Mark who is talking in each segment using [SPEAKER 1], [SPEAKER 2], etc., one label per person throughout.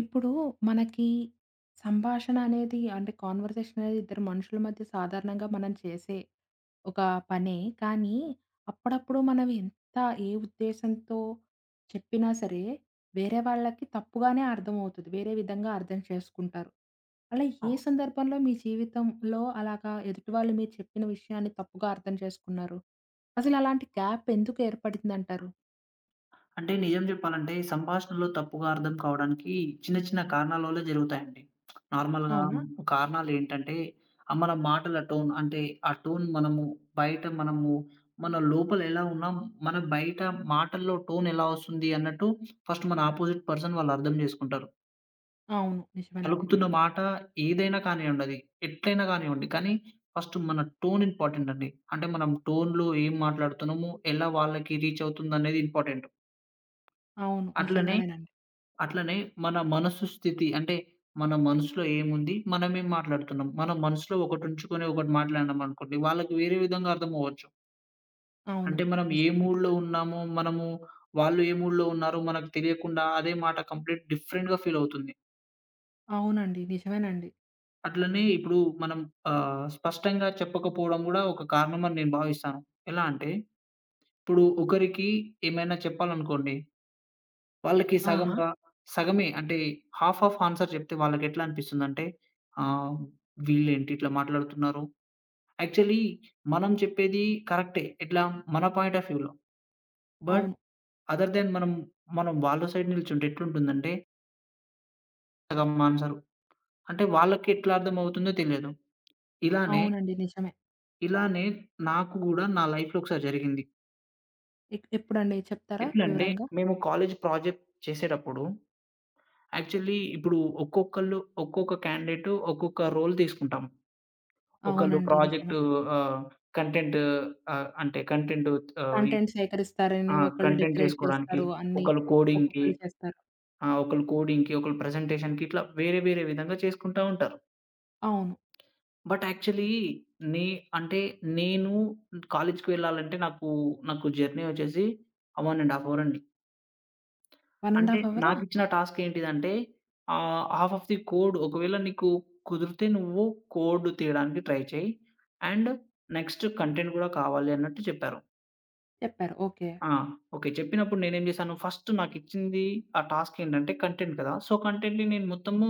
[SPEAKER 1] ఇప్పుడు మనకి సంభాషణ అనేది అంటే కాన్వర్సేషన్ అనేది ఇద్దరు మనుషుల మధ్య సాధారణంగా మనం చేసే ఒక పనే. కానీ అప్పుడప్పుడు మనం ఎంత ఏ ఉద్దేశంతో చెప్పినా సరే వేరే వాళ్ళకి తప్పుగానే అర్థమవుతది. వేరే విధంగా అర్థం చేసుకుంటారు. అలా ఏ
[SPEAKER 2] అవును.
[SPEAKER 1] సందర్భంలో మీ జీవితంలో అలాగా ఎదుటి వాళ్ళు మీరు చెప్పిన విషయాన్ని తప్పుగా అర్థం చేసుకున్నారు? అసలు అలాంటి గ్యాప్ ఎందుకు ఏర్పడిందంటారు?
[SPEAKER 2] అంటే నిజం చెప్పాలంటే, ఈ సంభాషణలో తప్పుగా అర్థం కావడానికి చిన్న చిన్న కారణాల వల్ల జరుగుతాయండి. నార్మల్‌గా
[SPEAKER 1] అవునా?
[SPEAKER 2] కారణాలేంటంటే, మన మాటల టోన్ అంటే, ఆ టోన్ మనము మన లోపల ఎలా ఉన్నాం, మన బయట మాటల్లో టోన్ ఎలా వస్తుంది అన్నట్టు ఫస్ట్ మన అపోజిట్ పర్సన్ వాళ్ళు అర్థం చేసుకుంటారు.
[SPEAKER 1] అవును. నిజమేనండి.
[SPEAKER 2] పలుకుతున్న మాట ఏదైనా కానివ్వండి అది, ఎట్లైనా కానివ్వండి, కానీ ఫస్ట్ మన టోన్ ఇంపార్టెంట్ అండి. అంటే మనం టోన్‌లో ఏం మాట్లాడుతున్నామో, ఎలా వాళ్ళకి రీచ్ అవుతుందనేది ఇంపార్టెంట్.
[SPEAKER 1] అవును.
[SPEAKER 2] అట్లనే
[SPEAKER 1] నిజంగానేనండి.
[SPEAKER 2] అట్లనే మన మనస్సు స్థితి అంటే, మన మనసులో ఏముంది? మనమేం మాట్లాడుతున్నాం? మన మనసులో ఒకటి ఉంచుకొని ఒకటి మాట్లాడినామనుకోండి, వాళ్ళకి వేరే విధంగా అర్థమవ్వచ్చు.
[SPEAKER 1] అవును.
[SPEAKER 2] అంటే మనం ఏ
[SPEAKER 1] నిజమే.
[SPEAKER 2] మూడ్‌లో ఉన్నామో, వాళ్ళు ఏ మూడ్‌లో ఉన్నారో మనకు తెలియకుండా అదే మాట కంప్లీట్ డిఫరెంట్‌గా ఫీలవుతుంది.
[SPEAKER 1] అవునండి. నిజమేనండి.
[SPEAKER 2] అట్లనే ఇప్పుడు మనం స్పష్టంగా చెప్పకపోవడం గూడా ఒక కారణమని నేను భావిస్తాను. ఎలా అంటే, ఇప్పుడు ఒకరికి ఏమైనా చెప్పాలనుకోండి వాళ్ళకి
[SPEAKER 1] ఆహా!
[SPEAKER 2] సగంగా సగమే అంటే హాఫ్ ఆఫ్ ఆన్సర్ చెప్తే వాళ్ళకెట్లా అనిపిస్తుందంటే, ఆహ్, వీళ్ళేంటి ఇట్లా మాట్లాడుతున్నారు. యాక్చువల్లీ మనం చెప్పేది కరెక్టే. ఎట్లా మన పాయింట్ ఆఫ్ వ్యూలో. బట్
[SPEAKER 1] అవును.
[SPEAKER 2] అదర్ దాన్ మనం మనం వాళ్ళ సైడ్ నిల్చుంటే ఎట్లుంటుందంటే సగం ఆన్సరు. అంటే వాళ్ళకెట్లా అర్థమవుతుందో తెలియదు. ఇలానే,
[SPEAKER 1] అవునండి. నిజమే.
[SPEAKER 2] ఇలానే నాకు గూడా నా లైఫ్‌లో ఒకసారి జరిగింది.
[SPEAKER 1] ఎప్పుడండి చెప్తారా
[SPEAKER 2] ఎట్లంటే
[SPEAKER 1] వివరంగా?
[SPEAKER 2] మేము కాలేజ్ ప్రాజెక్ట్ చేసేటప్పుడు యాక్చువల్లీ ఇప్పుడు ఒక్కొక్కళ్ళు ఒక్కొక్క క్యాండిడేట్ ఒక్కొక్క రోల్ తీసుకుంటాం. ఒకళ్ళు
[SPEAKER 1] అవునండి. నిజమే.
[SPEAKER 2] ప్రాజెక్టు ఆహ్, కంటెంట్ ఆహ్, అంటే కంటెంట్ ఆహ్, ఈ
[SPEAKER 1] కంటెంట్ సేకరిస్తారని
[SPEAKER 2] ఆ!
[SPEAKER 1] ఒకళ్ళు
[SPEAKER 2] కంటెంట్
[SPEAKER 1] డెకరేట్
[SPEAKER 2] చేసుకోవడానికి,
[SPEAKER 1] చేస్తారు. అన్నీ
[SPEAKER 2] ఒకళ్ళు కోడింగ్‌కి,
[SPEAKER 1] ఒక్కొక్కళ్ళు చేస్తారు.
[SPEAKER 2] ఒకళ్ళు ప్రెజెంటేషన్‌కి ఇట్లా వేరే వేరే విధంగా చేసుకుంటా ఉంటారు.
[SPEAKER 1] అవును.
[SPEAKER 2] బట్ యాక్చువల్లీ నే అంటే నేను కాలేజ్‌కి వెళ్ళాలంటే నాకు జర్నీ వచ్చేసి 1 ½ అవర్ అండి.
[SPEAKER 1] 1
[SPEAKER 2] అంటే
[SPEAKER 1] ½ అవరా?
[SPEAKER 2] నాకిచ్చిన టాస్క్ ఏంటిదంటే హాఫ్ ఆఫ్ ది కోడ్ ఒకవేళ నీకు కుదిరితే నువ్వు కోడ్ తీయడానికి ట్రై చేయి. అండ్ నెక్స్ట్ కంటెంట్ కూడా కావాలి అన్నట్టు చెప్పారు.
[SPEAKER 1] చెప్పారు. ఓకే.
[SPEAKER 2] ఆ! ఓకే. చెప్పినప్పుడు నేనేం జేశాను, ఫస్ట్ నాకిచ్చింది ఆ టాస్క్ ఏంటంటే కంటెంట్ కదా! సో, కంటెంట్‌ని నేను మొత్తము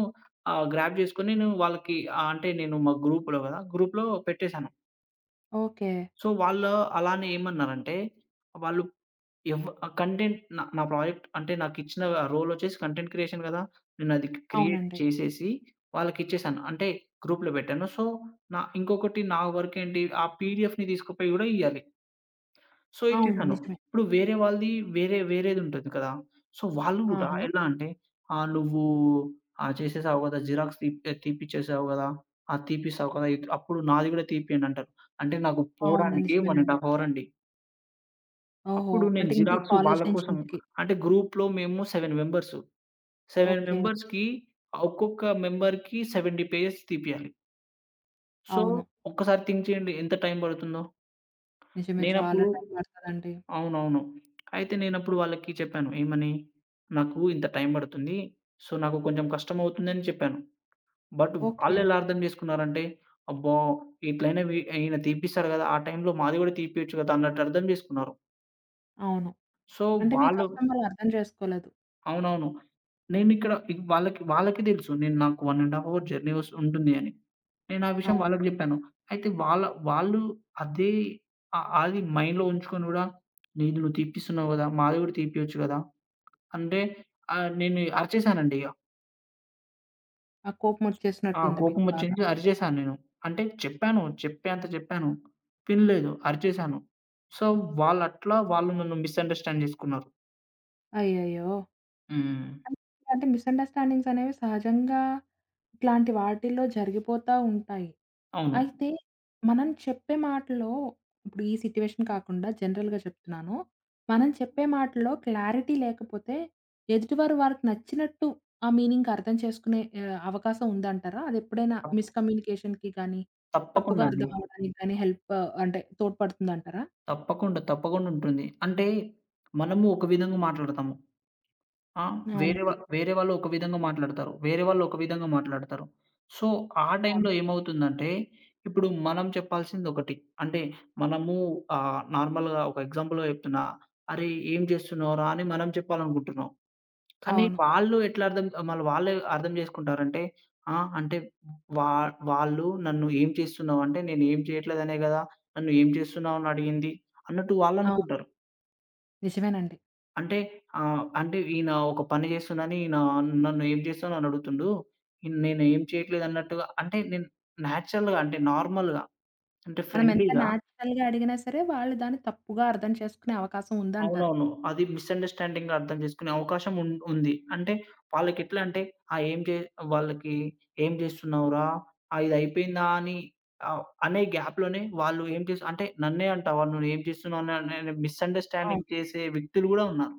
[SPEAKER 2] గ్రాబ్ జేసుకొని నేను వాళ్ళకి అంటే నేను మా గ్రూప్‌లో గదా! గ్రూప్‌లో పెట్టేశాను.
[SPEAKER 1] ఓకే.
[SPEAKER 2] సో, వాళ్ళు అలానే ఏమన్నారంటే, వాళ్ళు ఆ కంటెంట్ నా నా ప్రాజెక్ట్ అంటే నాకిచ్చిన రోలొచ్చేసి కంటెంట్ క్రియేషన్ గదా! నేనది క్రియేట్
[SPEAKER 1] అవునండి.
[SPEAKER 2] చేసేసి వాళ్ళకిచ్చేశాను. అంటే గ్రూప్‌లో పెట్టాను. సో, నా ఇంకొకటి నా వర్కేంటి ఆ పీడీఎఫ్‌ని తీసుకుపోయి గూడా ఇయ్యాలి. సో,
[SPEAKER 1] అవును.
[SPEAKER 2] ఇచ్చేసాను.
[SPEAKER 1] నిజమే.
[SPEAKER 2] ఇప్పుడు వేరే వాళ్ళది వేరే వేరేదుంటది కదా! సో, వాళ్ళు గూడా
[SPEAKER 1] ఆహా!
[SPEAKER 2] ఎలా అంటే, నువ్వు చేసేసావు గదా! జిరాక్స్ తీపిచ్చేసావు గదా! తీపిస్తావు కదా! అప్పుడు నాది గూడా తీపియండంటారు." అంటే నాకు
[SPEAKER 1] అవును.
[SPEAKER 2] పోడానికి 1
[SPEAKER 1] నిజమేనండి.
[SPEAKER 2] ½ అవర్ అండి.
[SPEAKER 1] ఓహో!
[SPEAKER 2] అప్పుడు నేను
[SPEAKER 1] అంటే ఇంటి
[SPEAKER 2] జిరాక్స్
[SPEAKER 1] కాలేజీ
[SPEAKER 2] వాళ్ళ
[SPEAKER 1] నుంచి
[SPEAKER 2] కోసం
[SPEAKER 1] ఇంటికి.
[SPEAKER 2] అంటే గ్రూప్‌లో మేము 7 మెంబర్స్. 7
[SPEAKER 1] ఓకే.
[SPEAKER 2] మెంబర్స్‌కి ఒక్కొక్క మెంబర్‌కి 70 పేజెస్ తీపియాలి. సో,
[SPEAKER 1] అవును.
[SPEAKER 2] ఒక్కసారి థింక్ చేయండి ఎంత టైం పడుతుందో?
[SPEAKER 1] నిజమే. చాలా
[SPEAKER 2] నేనప్పుడు
[SPEAKER 1] టైం పడతదండి.
[SPEAKER 2] అవునవును. అయితే నేనప్పుడు వాళ్ళకి చెప్పాను. ఏమని? నాకు ఇంత టైం పడుతుంది. సో, నాకు కొంచెం కష్టమవుతుందని చెప్పాను. But
[SPEAKER 1] okay.
[SPEAKER 2] వాళ్ళెలా అర్థం చేసుకున్నారంటే, అబ్బా! ఇట్లైనా ఈయన తీపిస్తాడు గదా! ఆ టైంలో మాది గూడా తీపియొచ్చు గదా! అన్నట్టు అర్థం చేసుకున్నారు.
[SPEAKER 1] అవును.
[SPEAKER 2] సో,
[SPEAKER 1] అంటే మీ
[SPEAKER 2] వాళ్ళు
[SPEAKER 1] కష్టం వాళ్ళు అర్థం చేసుకోలేదు.
[SPEAKER 2] అవునవును. నేనిక్కడ వాళ్ళకి వాళ్ళకి తెలుసు. నాకు 1 ½ అవర్ జర్నీ ఉంటుంది అని. నేను ఆ విషయం
[SPEAKER 1] అవును.
[SPEAKER 2] వాళ్ళకి జెప్పాను. అయితే వాళ్ళు అదే అది మైండ్‌లో ఉంచుకొని గూడా, "నీది నువ్వు తీపిస్తున్నావు గదా! మాది గూడా తీపియొచ్చు గదా!" అంటే నేను అరిచేసానండి.
[SPEAKER 1] ఆ!
[SPEAKER 2] ఆ!
[SPEAKER 1] కోపమొచ్చేసినట్టుంది మీకు బాగా.
[SPEAKER 2] కోపమొచ్చింది అరిచేసాను నేను. అంటే చెప్పాను. చెప్పేంత చెప్పాను. వినలేదు. అరిచేసాను. సో, వాళ్ళట్లా వాళ్ళు నన్ను మిస్‌అండర్‌స్టాండ్ జేసుకున్నారు.
[SPEAKER 1] అయ్యయ్యో!
[SPEAKER 2] హ్మ్.
[SPEAKER 1] అంటే ఇలాంటి మిస్‌అండర్‌స్టాండింగ్స్ అనేవి సహజంగా ఇట్లాంటి వాటిల్లో జరిగిపోతా ఉంటాయి.
[SPEAKER 2] అవును.
[SPEAKER 1] అయితే మనం చెప్పే మాటలో ఇప్పుడు ఈ సిట్యుయేషన్ కాకుండా జనరల్‌గా చెప్తున్నాను. మనం చెప్పే మాటలో క్లారిటీ లేకపోతే ఎదుటివారు వారికి నచ్చినట్టు ఆ మీనింగ్ అర్థం చేసుకునే అవకాశం ఉందంటారా? అదెప్పుడైనా
[SPEAKER 2] తప్
[SPEAKER 1] మిస్‌కమ్యూనికేషన్‌కి గానీ, తప్పుగా
[SPEAKER 2] తప్పకుండా అండి.
[SPEAKER 1] అర్థం అవ్వడానికి గానీ హెల్ప్ అంటే తోడ్పడుతుందంటారా?
[SPEAKER 2] తప్పకుండా, తప్పకుండా ఉంటుంది. అంటే మనము ఒక విధంగా మాట్లాడతాము. ఆ!
[SPEAKER 1] అవునండి.
[SPEAKER 2] వేరే వాళ్ళు ఒక విధంగా మాట్లాడతారు. వేరే వాళ్ళు ఒక విధంగా మాట్లాడతారు. సో, ఆ
[SPEAKER 1] అవును.
[SPEAKER 2] టైంలో ఏమవుతుందంటే, ఇప్పుడు మనం చెప్పాల్సిందొకటి. అంటే మనము నార్మల్‌గా ఒక ఎగ్జాంపుల్‌గా చెప్తున్నా, "అరేయ్! ఏం చేస్తున్నావురా?" అని మనం చెప్పాలనుకుంటున్నాం. కానీ
[SPEAKER 1] అవును.
[SPEAKER 2] వాళ్ళు ఎట్లా అర్థం మళ్ళీ వాళ్ళే అర్థం చేసుకుంటారంటే, "ఆ! అంటే వా వాళ్ళు నన్ను ఏం చేస్తున్నావు అంటే, నేను ఏం చేయట్లేదనే కదా! నన్ను ఏం చేస్తున్నావు అని అడిగింది" అన్నట్టు
[SPEAKER 1] అవును.
[SPEAKER 2] వాళ్ళనుకుంటారు.
[SPEAKER 1] నిజమేనండి.
[SPEAKER 2] అంటే అంటే ఈయన ఒక పని జేస్తుండని ఈయన నన్ను ఏం చేస్తావు అని అడుగుతుండు. నేను ఏం చేయట్లేదు అన్నట్టుగా అంటే నేను నేచురల్‌గా అంటే నార్మల్‌గా అంటే
[SPEAKER 1] మనం ఎంత
[SPEAKER 2] ఫ్రెండ్లీగా
[SPEAKER 1] నేచురల్‌గా అడిగినా సరే, వాళ్ళు దాన్ని తప్పుగా అర్థం చేసుకునే అవకాశం ఉందంటారు.
[SPEAKER 2] అవునవును. అది మిస్‌అండర్‌స్టాండింగ్‌గా అర్థం చేసుకునే అవకాశం ఉంది. అంటే వాళ్ళకెట్లా అంటే ఆహ్, ఏం చే వాళ్ళకి "ఏం చేస్తున్నావురా? ఇది అయిపోయిందా?" అని అనే గ్యాప్‌లోనే వాళ్ళు ఏం చేసి అంటే నన్నే అంటావా? నువ్వు ఏం చేస్తున్నావు? అని అని
[SPEAKER 1] అవును.
[SPEAKER 2] మిస్‌అండర్‌స్టాండింగ్ చేసే వ్యక్తులు గూడా ఉన్నారు.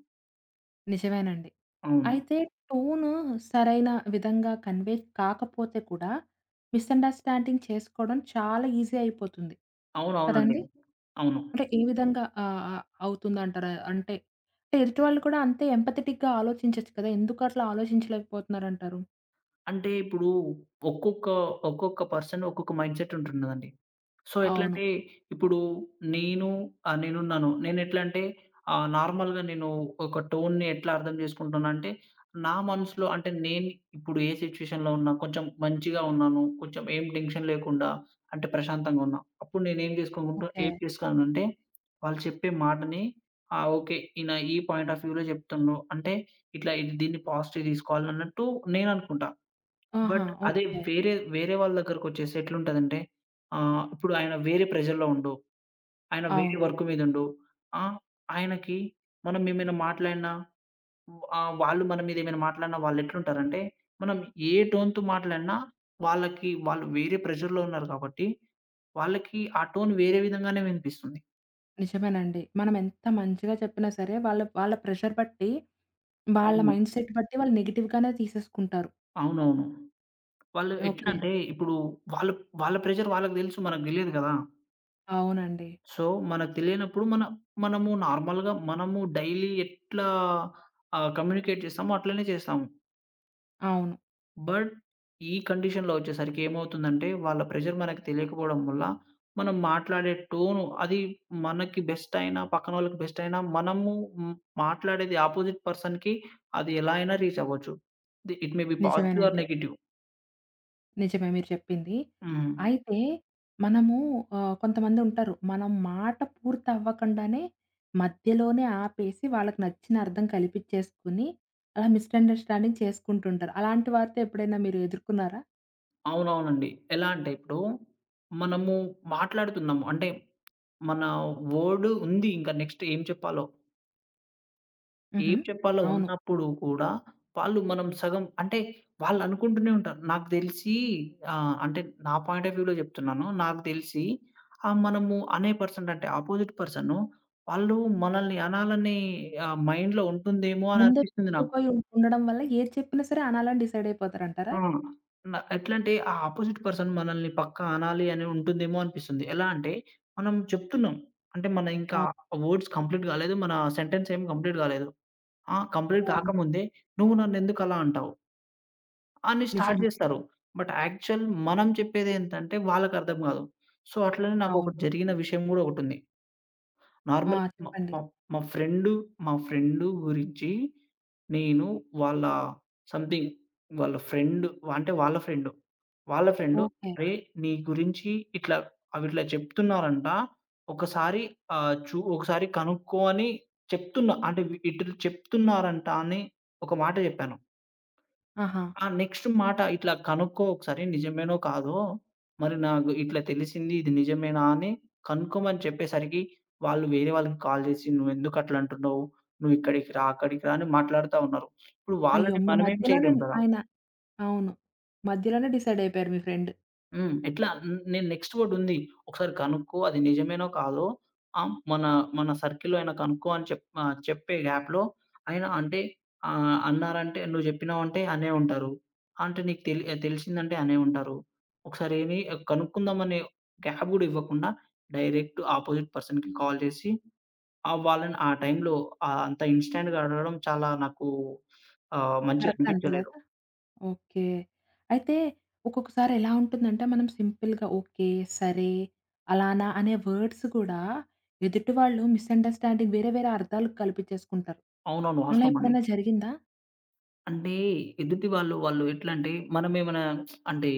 [SPEAKER 1] నిజమేనండి.
[SPEAKER 2] అవును.
[SPEAKER 1] అయితే టోను సరైన విధంగా కన్వే కాకపోతే కూడా, మిస్‌అండర్‌స్టాండింగ్ చేసుకోవడం చాలా ఈజీ అయిపోతుంది.
[SPEAKER 2] అవునవునండి.
[SPEAKER 1] కదండీ!
[SPEAKER 2] అవును.
[SPEAKER 1] అంటే ఏ విధంగా ఆహ్, ఆహ్, అవుతుందంటారు? అంటే, అంటే ఎదుటి వాళ్ళు కూడా అంతే ఎంపథెటిక్‌గా ఆలోచించొచ్చు కదా! ఎందుకు అట్లా ఆలోచించలేకపోతున్నారంటారు?
[SPEAKER 2] అంటే ఇప్పుడు ఒక్కొక్క, ఒక్కొక్క పర్సన్ ఒక్కొక్క మైండ్‌సెట్ ఉంటున్నదండి. సో,
[SPEAKER 1] అవును.
[SPEAKER 2] ఎట్లంటే ఇప్పుడు నేను నేనున్నాను. నేనెట్లంటే నార్మల్‌గా నేను ఒక టోన్‌ని ఎట్లా అర్థం చేసుకుంటున్నా అంటే, నా మనసులో అంటే నేను ఇప్పుడు ఏ సిట్యుయేషన్‌లో ఉన్నా, కొంచెం మంచిగా ఉన్నాను, కొంచెం ఏం టెన్షన్ లేకుండా అంటే ప్రశాంతంగా ఉన్నా. అప్పుడు నేనేం చేసుకుంటూ
[SPEAKER 1] ఓకే.
[SPEAKER 2] ఏం చేస్తానంటే, వాళ్ళు చెప్పే మాటని ఆ! ఓకే. ఈయన ఈ పాయింట్ ఆఫ్ వ్యూలో చెప్తుండు. అంటే ఇట్లా ఇది దీన్ని పాజిటివ్ తీసుకోవాలి అన్నట్టు నేననుకుంటా.
[SPEAKER 1] ఆహా!
[SPEAKER 2] బట్ అదే
[SPEAKER 1] ఓకే.
[SPEAKER 2] వేరే వాళ్ళ దగ్గరకొచ్చేసి ఎట్లుంటదంటే ఇప్పుడు ఆయన వేరే ప్రెషర్‌లో ఉండు. ఆయన వేరే
[SPEAKER 1] అవును.
[SPEAKER 2] వర్క్ మీదుండు. ఆ! ఆయనకి మనం ఏమైనా మాట్లాడినా వాళ్ళు మన మీద ఏమైనా మాట్లాడినా వాళ్ళెట్లుంటారంటే, మనం ఏ టోన్‌తో మాట్లాడినా వాళ్ళకి వాళ్ళు వేరే ప్రెషర్‌లో ఉన్నారు కాబట్టి, వాళ్ళకి ఆ టోన్ వేరే విధంగానే వినిపిస్తుంది.
[SPEAKER 1] నిజమేనండి. మనం ఎంత మంచిగా చెప్పినా సరే, వాళ్ళ వాళ్ళ ప్రెషర్ బట్టి, వాళ్ళ
[SPEAKER 2] అవును.
[SPEAKER 1] మైండ్‌సెట్ బట్టి వాళ్ళు నెగెటివ్‌గానే తీసేసుకుంటారు.
[SPEAKER 2] అవునవును. వాళ్ళు ఎట్లా
[SPEAKER 1] ఓకే.
[SPEAKER 2] అంటే ఇప్పుడు వాళ్ళ వాళ్ళ ప్రెషర్ వాళ్ళకి తెలుసు మనకు తెలియదు కదా!
[SPEAKER 1] అవునండి.
[SPEAKER 2] సో, మనకు తెలియనప్పుడు మనము నార్మల్‌గా మనము డైలీ ఎట్లా కమ్యూనికేట్ చేస్తామో అట్లనే చేస్తాము.
[SPEAKER 1] అవును.
[SPEAKER 2] బట్ ఈ కండిషన్‌లో వచ్చేసరికి ఏమవుతుందంటే, వాళ్ళ ప్రెషర్ మనకు తెలియకపోవడం వల్ల, మనం మాట్లాడే టోను అది మనకి బెస్ట్ అయినా, పక్కన వాళ్ళకి బెస్ట్ అయినా, మనము హ్మ్, మాట్లాడేది అపోజిట్ పర్సన్‌కి అది ఎలా అయినా రీచ్ అవ్వచ్చు. The it may be positive or
[SPEAKER 1] నిజమేనండి.
[SPEAKER 2] నెగెటివ్.
[SPEAKER 1] నిజమే మీరు చెప్పింది.
[SPEAKER 2] హ్మ్.
[SPEAKER 1] అయితే మనము కొంతమంది ఉంటారు. మనం మాట పూర్తవ్వకుండానే మధ్యలోనే ఆపేసి వాళ్ళకి నచ్చిన అర్థం కల్పించేసుకొని, అలా మిస్‌అండర్‌స్టాండింగ్ చేసుకుంటుంటారు. అలాంటి వారితో ఎప్పుడైనా మీరు ఎదుర్కొన్నారా?
[SPEAKER 2] అవునవునండి. ఎలా అంటే ఇప్పుడు మనము మాట్లాడుతున్నాము. అంటే మన వర్డ్ ఉంది ఇంకా నెక్స్ట్ ఏం చెప్పాలో.
[SPEAKER 1] హుహు.
[SPEAKER 2] ఏం చెప్పాలో
[SPEAKER 1] అవును.
[SPEAKER 2] ఉన్నప్పుడు కూడా వాళ్ళు మనం సగం అంటే వాళ్ళనుకుంటూనే ఉంటారు. నాకు తెలిసి అంటే నా పాయింట్ ఆఫ్ వ్యూలో చెప్తున్నాను. నాకు తెలిసి మనము అనే పర్సన్ అంటే అపోజిట్ పర్సను వాళ్ళు మనల్ని అనాలనే మైండ్‌లో ఉంటుందేమో అని
[SPEAKER 1] ముందే
[SPEAKER 2] అనిపిస్తుంది
[SPEAKER 1] ఫిక్స్
[SPEAKER 2] నాకు.
[SPEAKER 1] అయిపోయి ఉండడం వల్ల ఏది చెప్పినా సరే అనాలని డిసైడ్ అయిపోతారంటారా?
[SPEAKER 2] ఆ! ఎట్లంటే ఆ అపోజిట్ పర్సన్ మనల్ని పక్కా అనాలి అని ఉంటుందేమో అనిపిస్తుంది. ఎలా అంటే మనం చెప్తున్నాం. అంటే మన ఇంకా
[SPEAKER 1] అవును.
[SPEAKER 2] వర్డ్స్ కంప్లీట్ కాలేదు. మన సెంటెన్స్ ఏమి కంప్లీట్ కాలేదు. ఆ! కంప్లీట్
[SPEAKER 1] అవును.
[SPEAKER 2] కాకముందే "నువ్వు నన్నెందుకు అలా అంటావు?" అని స్టార్ట్
[SPEAKER 1] నిజమే.
[SPEAKER 2] చేస్తారు. బట్ యాక్చువల్ మనం చెప్పేదేంటంటే వాళ్ళకర్థం కాదు. సో, అట్లనే
[SPEAKER 1] అవును.
[SPEAKER 2] నాకొకటి జరిగిన విషయం కూడా ఒకటుంది.
[SPEAKER 1] ఆ!
[SPEAKER 2] నార్మల్‌గా మా
[SPEAKER 1] చెప్పండి.
[SPEAKER 2] మా మా ఫ్రెండు మా ఫ్రెండు గురించి నేను వాళ్ళ సంథింగ్ వాళ్ళ ఫ్రెండ్ అంటే వాళ్ళ ఫ్రెండు. వాళ్ళ ఫ్రెండు
[SPEAKER 1] ఓకే.
[SPEAKER 2] "అరేయ్! నీ గురించి ఇట్లా అవిట్లా చెప్తున్నారంట. ఒకసారి ఆహ్, చూ ఒకసారి కనుక్కో" అని చెప్తున్నా. అంటే ఇట్లా చెప్తున్నారంట అని ఒక మాట చెప్పాను.
[SPEAKER 1] ఆహా!
[SPEAKER 2] ఆ! నెక్స్ట్ మాట ఇట్లా కనుక్కో ఒకసారి నిజమేనో కాదో, మరి నాకు ఇట్లా తెలిసింది ఇది నిజమేనా అని కనుక్కోమని చెప్పేసరికి, వాళ్ళు వేరే వాళ్ళకి కాల్ చేసి "నువ్వెందుకు అట్లా అంటున్నావు? నువ్వు ఇక్కడికి రా, అక్కడికి రా" అని మాట్లాడుతా ఉన్నారు. ఇప్పుడు
[SPEAKER 1] అయ్యో!
[SPEAKER 2] వాళ్ళని
[SPEAKER 1] మీ
[SPEAKER 2] మనమేం
[SPEAKER 1] మధ్యలోనే
[SPEAKER 2] చేయలేం కదా!
[SPEAKER 1] ఆయన అవును. మధ్యలోనే డిసైడ్ అయిపోయారు మీ ఫ్రెండ్.
[SPEAKER 2] హ్మ్. ఎట్లా నేను నెక్స్ట్ వర్డుంది. ఒకసారి కనుక్కో అది నిజమేనో కాదో ఆహ్, మన మన సర్కిల్‌లో అయినా కనుక్కో అని చెప్పే గ్యాప్‌లో ఆయన అంటే అన్నారంటే "నువ్వు జెప్పినావంటే" అనే ఉంటారు. అంటే "నీకు తెలిసిందంటే" అనే ఉంటారు. ఒకసారి ఏమి కనుక్కుందామనే గ్యాప్ గూడా ఇవ్వకుండా డైరెక్ట్ ఆపోజిట్ పర్సన్‌కి కాల్ జేసి వాళ్ళని ఆ టైంలో అంత ఇన్‌స్టాంట్‌గా అడగడం చాలా నాకు మంచిగా
[SPEAKER 1] కరెక్ట్
[SPEAKER 2] అనిపించలేదు.
[SPEAKER 1] అనిపియలేదా? ఓకే. అయితే ఒక్కొక్కసారి ఎలా ఉంటుందంటే మనం సింపుల్‌గా ఓకే, సరే, అలానా అనే వర్డ్స్ కూడా ఎదుటి వాళ్ళు మిస్‌అండర్‌స్టాండింగ్ వేరే వేరే అర్థాలకు కల్పించేసుకుంటారు.
[SPEAKER 2] అవునవును.
[SPEAKER 1] అలా
[SPEAKER 2] వాస్తవం అండి.
[SPEAKER 1] ఎప్పుడైనా జరిగిందా?
[SPEAKER 2] అంటే ఎదుటి వాళ్ళు, వాళ్ళు ఎట్లంటే మనమేమైనా అంటే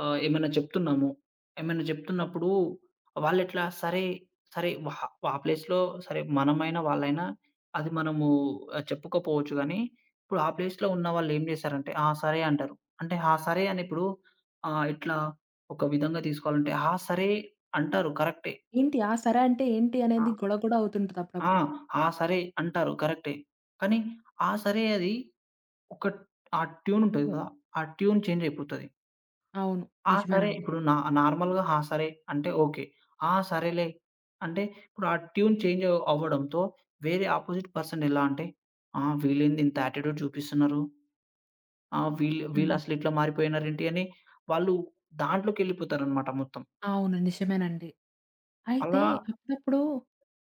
[SPEAKER 2] ఏమైనా చెప్తున్నాము. ఏమైనా చెప్తున్నప్పుడు వాళ్ళెట్లా సరే, సరే వా ఆ ప్లేస్‌లో సరే మనమైనా, వాళ్ళైనా అది మనము చెప్పుకోపోవచ్చు గానీ, ఇప్పుడు ఆ ప్లేస్‌లో ఉన్న వాళ్ళేం చేశారంటే, "ఆ! సరే" అంటారు. అంటే ఆ సరే అని ఇప్పుడు ఇట్లా ఒక విధంగా తీసుకోవాలంటే, ఆ సరే అంటారు కరెక్టే.
[SPEAKER 1] ఏంటి ఆ సరే అంటే ఏంటి అనేది
[SPEAKER 2] ఆ!
[SPEAKER 1] గొడవ కూడా అవుతుంటది
[SPEAKER 2] ఆ!
[SPEAKER 1] అప్పుడప్పుడు.
[SPEAKER 2] ఆ సరే అంటారు కరెక్టే. కానీ ఆ సరే అది ఒక ఆ ట్యూన్ ఉంటది గదా! ఆ ట్యూన్ చేంజ్ అయిపోతది.
[SPEAKER 1] అవును.
[SPEAKER 2] ఆ! సరే
[SPEAKER 1] నిజమేనండి.
[SPEAKER 2] ఇప్పుడు నార్మల్‌గా ఆ! సరే అంటే ఓకే. ఆ! సరేలే అంటే ఇప్పుడు ఆ ట్యూన్ చేంజ్ అవ్వడంతో వేరే అపోజిట్ పర్సన్ ఎలా అంటే, ఆ! వీళ్ళేంది ఇంత యాటిట్యూడ్ చూపిస్తున్నారు. ఆ!
[SPEAKER 1] హ్మ్.
[SPEAKER 2] వీళ్ళసలు ఇట్లా మారిపోయినారేంటి అని వాళ్ళు దాంట్లోకెళ్ళిపోతారనమాట మొత్తం.
[SPEAKER 1] అవును. నిజమేనండి. అయితే
[SPEAKER 2] అలా
[SPEAKER 1] అప్పుడప్పుడు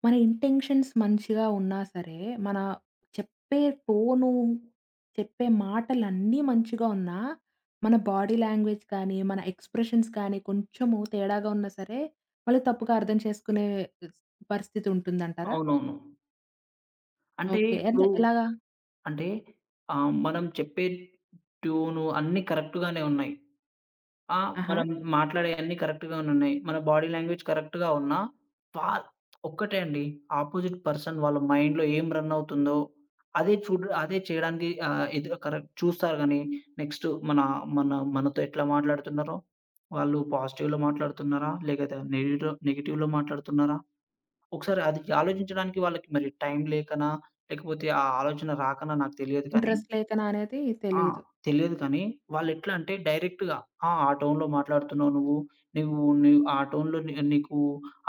[SPEAKER 1] మన ఇంటెన్షన్స్ మంచిగా ఉన్నా సరే, మన చెప్పే టోను, చెప్పే మాటలన్నీ మంచిగా ఉన్నా, మన బాడీ లాంగ్వేజ్ కానీ, మన ఎక్స్‌ప్రెషన్స్ కానీ కొంచెము తేడాగా ఉన్నా సరే, వాళ్ళు తప్పుగా అర్థం చేసుకునే స్ పరిస్థితి ఉంటుందంటారా?
[SPEAKER 2] అవునవును. అంటే
[SPEAKER 1] ఓకే. అంటే
[SPEAKER 2] ఇప్పుడు
[SPEAKER 1] ఎలాగా?
[SPEAKER 2] అంటే మనం చెప్పే ట్యూను అన్నీ కరెక్ట్ గానే ఉన్నాయి. ఆ!
[SPEAKER 1] ఆహా!
[SPEAKER 2] మనం మాట్లాడేయన్నీ కరెక్ట్‌గానున్నాయి. మన బాడీ లాంగ్వేజ్ కరెక్ట్‌గా ఉన్నా, వా ఒక్కటే అండి ఆపోజిట్ పర్సన్ వాళ్ళ మైండ్‌లో ఏం రన్ అవుతుందో, అదే చూడు అదే చేయడానికి ఆహ్, ఎదు కరెక్ట్ చూస్తారు గానీ, నెక్స్ట్ మన మన మనతో ఎట్లా మాట్లాడుతున్నారో, వాళ్ళు పాజిటివ్‌లో మాట్లాడుతున్నారా? లేకపోతే నెగిటివ్‌లో నెగిటివ్‌లో మాట్లాడుతున్నారా? ఒకసారి అది ఆలోచించడానికి వాళ్ళకి మరి టైం లేకనా, లేకపోతే ఆ ఆలోచన రాకనా నాకు తెలియదు కానీ
[SPEAKER 1] ఇంట్రెస్ట్ లేకనా అనేది
[SPEAKER 2] ఆ!
[SPEAKER 1] తెలీదు.
[SPEAKER 2] తెలియదు కానీ వాళ్ళెట్లా అంటే డైరెక్ట్‌గా ఆ! ఆ టోన్‌లో మాట్లాడుతున్నావు నువ్వు. నువ్వు ఆ టోన్‌లో నీకు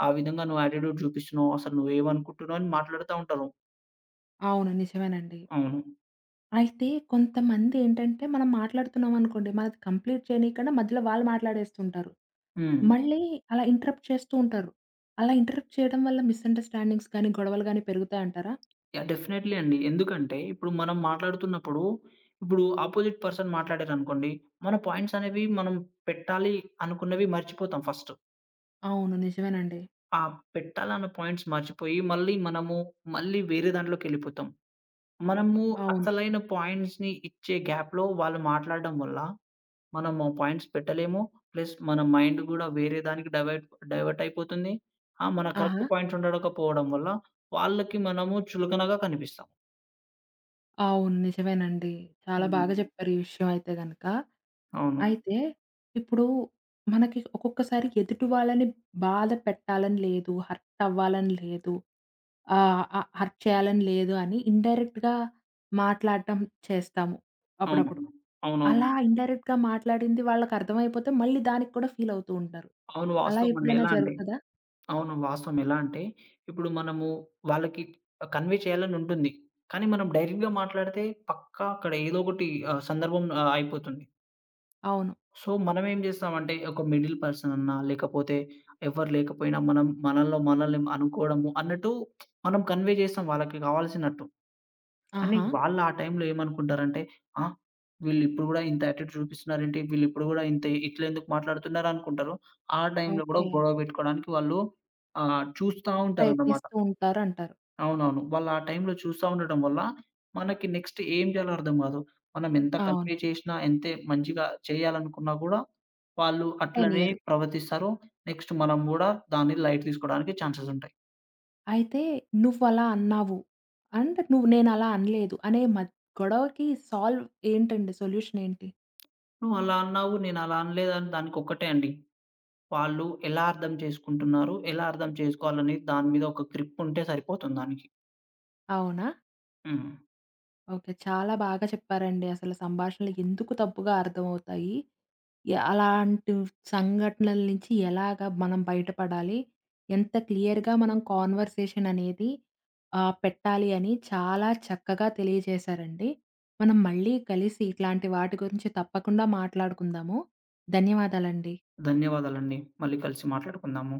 [SPEAKER 2] ఆ విధంగా నువ్వు యాటిట్యూడ్ చూపిస్తున్నావు. అసలు నువ్వేమనుకుంటున్నావు అని మాట్లాడుతా ఉంటారు.
[SPEAKER 1] అవును. నిజమేనండి.
[SPEAKER 2] అవును.
[SPEAKER 1] అయితే కొంతమందేంటంటే, మనం మాట్లాడుతున్నామనుకోండి, మనది కంప్లీట్ చేయనీయకుండా మధ్యలో వాళ్ళు మాట్లాడేస్తుంటారు.
[SPEAKER 2] హ్మ్.
[SPEAKER 1] మళ్ళీ అలా ఇంటరప్ట్ చేస్తూ ఉంటారు. అలా ఇంటరప్ట్ చేయడం వల్ల మిస్‌అండర్‌స్టాండింగ్స్ గానీ, గొడవలు గానీ పెరుగుతాయంటారా?
[SPEAKER 2] యాహ్! డెఫినైట్‌లీ అండి. ఎందుకంటే ఇప్పుడు మనం మాట్లాడుతున్నప్పుడు, ఇప్పుడు అపోజిట్ పర్సన్ మాట్లాడారనుకోండి, మన పాయింట్స్ అనేవి మనం పెట్టాలి అనుకున్నవి మర్చిపోతాం ఫస్ట్.
[SPEAKER 1] అవును. నిజమేనండి.
[SPEAKER 2] ఆ పెట్టాలన్న పాయింట్స్ మర్చిపోయి మళ్ళీ మనము మళ్ళీ వేరే దాంట్లోకెళ్ళిపోతాం. మనము
[SPEAKER 1] అవును.
[SPEAKER 2] అసలైన పాయింట్స్‌ని ఇచ్చే గ్యాప్‌లో వాళ్ళు మాట్లాడడం వల్ల, మనము పాయింట్స్ పెట్టలేము. ప్లస్ మన మైండ్ గూడా వేరే దానికి డైవర్ట్ డైవర్ట్ అయిపోతుంది. ఆ! మన
[SPEAKER 1] ఆహా!
[SPEAKER 2] కరెక్ట్ పాయింట్స్ ఉండడకపోవడం వల్ల, వాళ్ళకి మనము చులకనగా కనిపిస్తాం.
[SPEAKER 1] అవును. నిజమేనండి. చాలా
[SPEAKER 2] హ్మ్.
[SPEAKER 1] బాగా చెప్పారు ఈ విషయం అయితే గనక.
[SPEAKER 2] అవును.
[SPEAKER 1] అయితే ఇప్పుడు మనకి ఒక్కొక్కసారి ఎదుటి వాళ్ళని బాధ పెట్టాలని లేదు, హర్ట్ అవ్వాలని లేదు, ఆహ్, అ హర్ట్ చేయాలని లేదు అని ఇండైరెక్ట్‌గా మాట్లాడటం చేస్తాము అప్పుడప్పుడు.
[SPEAKER 2] అవునవును. అవునవును.
[SPEAKER 1] అలా ఇండైరెక్ట్‌గా మాట్లాడింది వాళ్ళకర్థమైపోతే మళ్ళీ దానికి కూడా ఫీల్ అవుతూ ఉంటారు.
[SPEAKER 2] అవును.
[SPEAKER 1] అలా
[SPEAKER 2] వాస్తవమండి.
[SPEAKER 1] ఎప్పుడైనా
[SPEAKER 2] ఎలా అంటే
[SPEAKER 1] జరుగుతదా?
[SPEAKER 2] అవును. వాస్తవం. ఎలా అంటే, ఇప్పుడు మనము వాళ్ళకి కన్వే చేయాలనుంటుంది. కానీ మనం డైరెక్ట్‌గా మాట్లాడితే పక్కా అక్కడ ఏదో ఒకటి సందర్భం అయిపోతుంది.
[SPEAKER 1] అవును.
[SPEAKER 2] సో, మనమేం జేస్తామంటే, ఒక మిడిల్ పర్సన్ అన్నా, లేకపోతే ఎవరు లేకపోయినా మనం మనలో మనల్ని అనుకోవడము అన్నట్టు మనం కన్వే చేస్తాం వాళ్ళకి కావాల్సినట్టు. కానీ
[SPEAKER 1] ఆహా!
[SPEAKER 2] వాళ్ళు ఆ టైంలో ఏమనుకుంటారంటే, ఆ! వీళ్ళిప్పుడు గూడా ఇంత యాటిట్యూడ్ చూపిస్తున్నారేంటి? వీళ్ళిప్పుడు గూడా ఇంత ఇట్లెందుకు మాట్లాడుతున్నారనుకుంటారు. ఆ టైంలో గూడా
[SPEAKER 1] ఓకే.
[SPEAKER 2] గొడవ పెట్టుకోవడానికి వాళ్ళు చూస్తా ఉంటారన్నమాట.
[SPEAKER 1] ప్రయత్నిస్తూ ఉంటారంటారు.
[SPEAKER 2] అవునవును. వాళ్ళు ఆ టైంలో చూస్తా ఉండటం వల్ల, మనకి నెక్స్ట్ ఏం చేయాలో అర్థం కాదు. మనం ఎంత
[SPEAKER 1] అవును.
[SPEAKER 2] కన్వే చేసినా, ఎంతే మంచిగా చేయాలనుకున్నా కూడా, వాళ్ళు
[SPEAKER 1] 10
[SPEAKER 2] అట్లనే
[SPEAKER 1] ఇయర్స్.
[SPEAKER 2] ప్రవర్తిస్తారు. నెక్స్ట్ మనం కూడా దాన్ని లైట్ తీసుకోవడానికి ఛాన్సెస్ ఉంటాయి.
[SPEAKER 1] అయితే "నువ్వలా అన్నావు" అండ్ "నువ్వు నేనలా అనలేదు" అనే గొడవకి సాల్వ్ ఏంటండి? సొల్యూషన్ ఏంటి?
[SPEAKER 2] "నువ్వు అలా అన్నావు, నేను అలా అనలేదని" దానికొక్కటే అండి. వాళ్ళు ఎలా అర్థం చేసుకుంటున్నారు, ఎలా అర్థం చేసుకోవాలని దాని మీద ఒక గ్రిప్ ఉంటే సరిపోతుంది దానికి.
[SPEAKER 1] అవునా?
[SPEAKER 2] హ్మ్.
[SPEAKER 1] ఓకే. చాలా బాగా చెప్పారండి. అసలు సంభాషణలు ఎందుకు తప్పుగా అర్థమవుతాయి? అలాంటి సంఘటనల నుంచి ఎలాగా మనం బయటపడాలి? ఎంత క్లియర్‌గా మనం కాన్వర్సేషన్ అనేది పెట్టాలి అని చాలా చక్కగా తెలియజేశారండి. మనం మళ్ళీ కలిసి ఇట్లాంటి వాటి గురించి తప్పకుండా మాట్లాడుకుందాము. ధన్యవాదాలండి.
[SPEAKER 2] ధన్యవాదాలండి. మళ్ళీ కలిసి మాట్లాడుకుందాము.